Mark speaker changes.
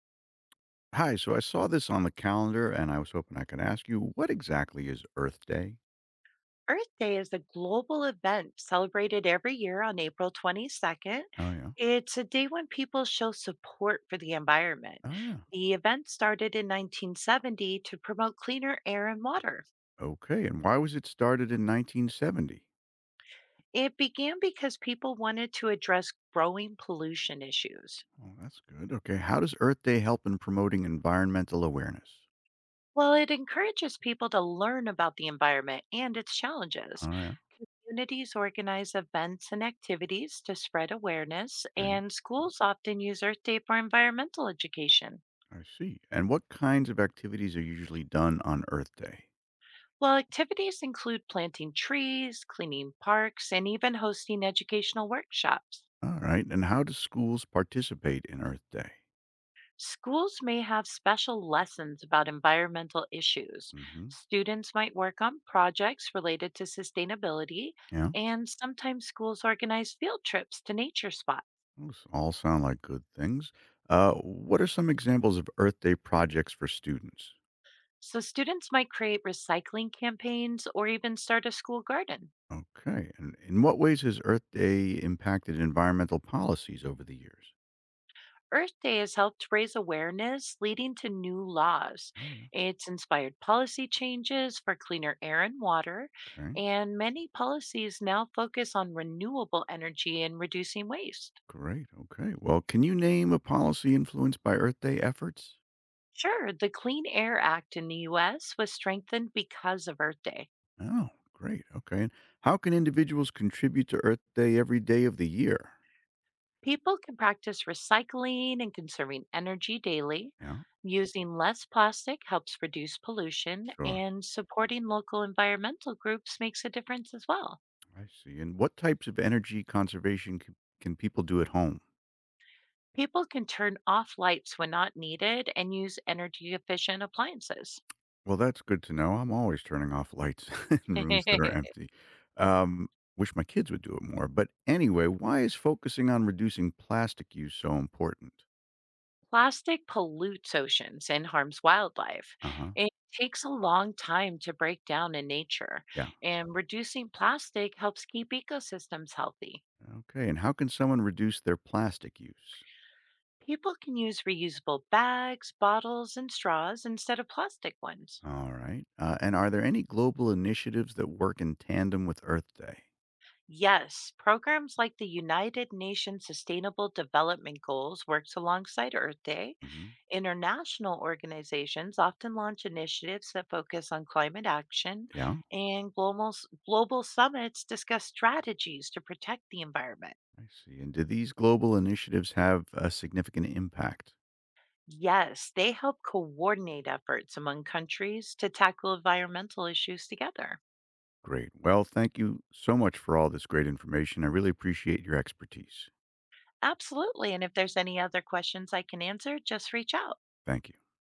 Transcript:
Speaker 1: Hi, so I saw this on the calendar and I was hoping I could ask you what exactly is Earth Day?
Speaker 2: Earth Day is a global event celebrated every year on April 22nd.
Speaker 1: Oh, yeah.
Speaker 2: It's a day when people show support for the environment.
Speaker 1: Oh, yeah.
Speaker 2: The event started in 1970 to promote cleaner air and water.
Speaker 1: Okay. And why was it started in 1970?
Speaker 2: It began because people wanted to address growing pollution issues.
Speaker 1: Oh, that's good. Okay. How does Earth Day help in promoting environmental awareness?
Speaker 2: Well, it encourages people to learn about the environment and its challenges.
Speaker 1: Oh, yeah.
Speaker 2: Communities organize events and activities to spread awareness,
Speaker 1: Okay.
Speaker 2: and schools often use Earth Day for environmental education.
Speaker 1: I see. And what kinds of activities are usually done on Earth Day?
Speaker 2: Well, activities include planting trees, cleaning parks, and even hosting educational workshops.
Speaker 1: All right. And how do schools participate in Earth Day?
Speaker 2: Schools may have special lessons about environmental issues.
Speaker 1: Hmm.
Speaker 2: Students might work on projects related to sustainability,
Speaker 1: Yeah.
Speaker 2: and sometimes schools organize field trips to nature spots.
Speaker 1: Those all sound like good things. What are some examples of Earth Day projects for students?
Speaker 2: So, students might create recycling campaigns or even start a school garden.
Speaker 1: Okay. And in what ways has Earth Day impacted environmental policies over the years?
Speaker 2: Earth Day has helped raise awareness, leading to new laws.
Speaker 1: Oh,
Speaker 2: It's inspired policy changes for cleaner air and water,
Speaker 1: yeah. Okay.
Speaker 2: and many policies now focus on renewable energy and reducing waste.
Speaker 1: Great. Okay. Well, can you name a policy influenced by Earth Day efforts?
Speaker 2: Sure, the Clean Air Act in the US was strengthened because of Earth Day.
Speaker 1: Oh, great. Okay. And how can individuals contribute to Earth Day every day of the year?
Speaker 2: People can practice recycling and conserving energy daily.
Speaker 1: Yeah.
Speaker 2: Using less plastic helps reduce pollution,
Speaker 1: Sure.
Speaker 2: and supporting local environmental groups makes a difference as well.
Speaker 1: I see. And what types of energy conservation can people do at home?
Speaker 2: People can turn off lights when not needed and use energy efficient appliances.
Speaker 1: Well, that's good to know. I'm always turning off lights in rooms that are empty. Um, Wish my kids would do it more. But anyway, why is focusing on reducing plastic use so important?
Speaker 2: Plastic pollutes oceans and harms wildlife.
Speaker 1: Uh huh.
Speaker 2: It takes a long time to break down in nature,
Speaker 1: Yeah.
Speaker 2: and reducing plastic helps keep ecosystems healthy.
Speaker 1: Okay. And how can someone reduce their plastic use?
Speaker 2: People can use reusable bags, bottles, and straws instead of plastic ones.
Speaker 1: All right. And are there any global initiatives that work in tandem with Earth Day?
Speaker 2: Yes, programs like the United Nations Sustainable Development Goals works alongside Earth Day.
Speaker 1: Hmm.
Speaker 2: International organizations often launch initiatives that focus on climate action,
Speaker 1: Yeah.
Speaker 2: and global, global summits discuss strategies to protect the environment.
Speaker 1: I see. And do these global initiatives have a significant impact?
Speaker 2: Yes, they help coordinate efforts among countries to tackle environmental issues together.
Speaker 1: Great. Well, thank you so much for all this great information. I really appreciate your expertise.
Speaker 2: Absolutely. And if there's any other questions I can answer, just reach out.
Speaker 1: Thank you.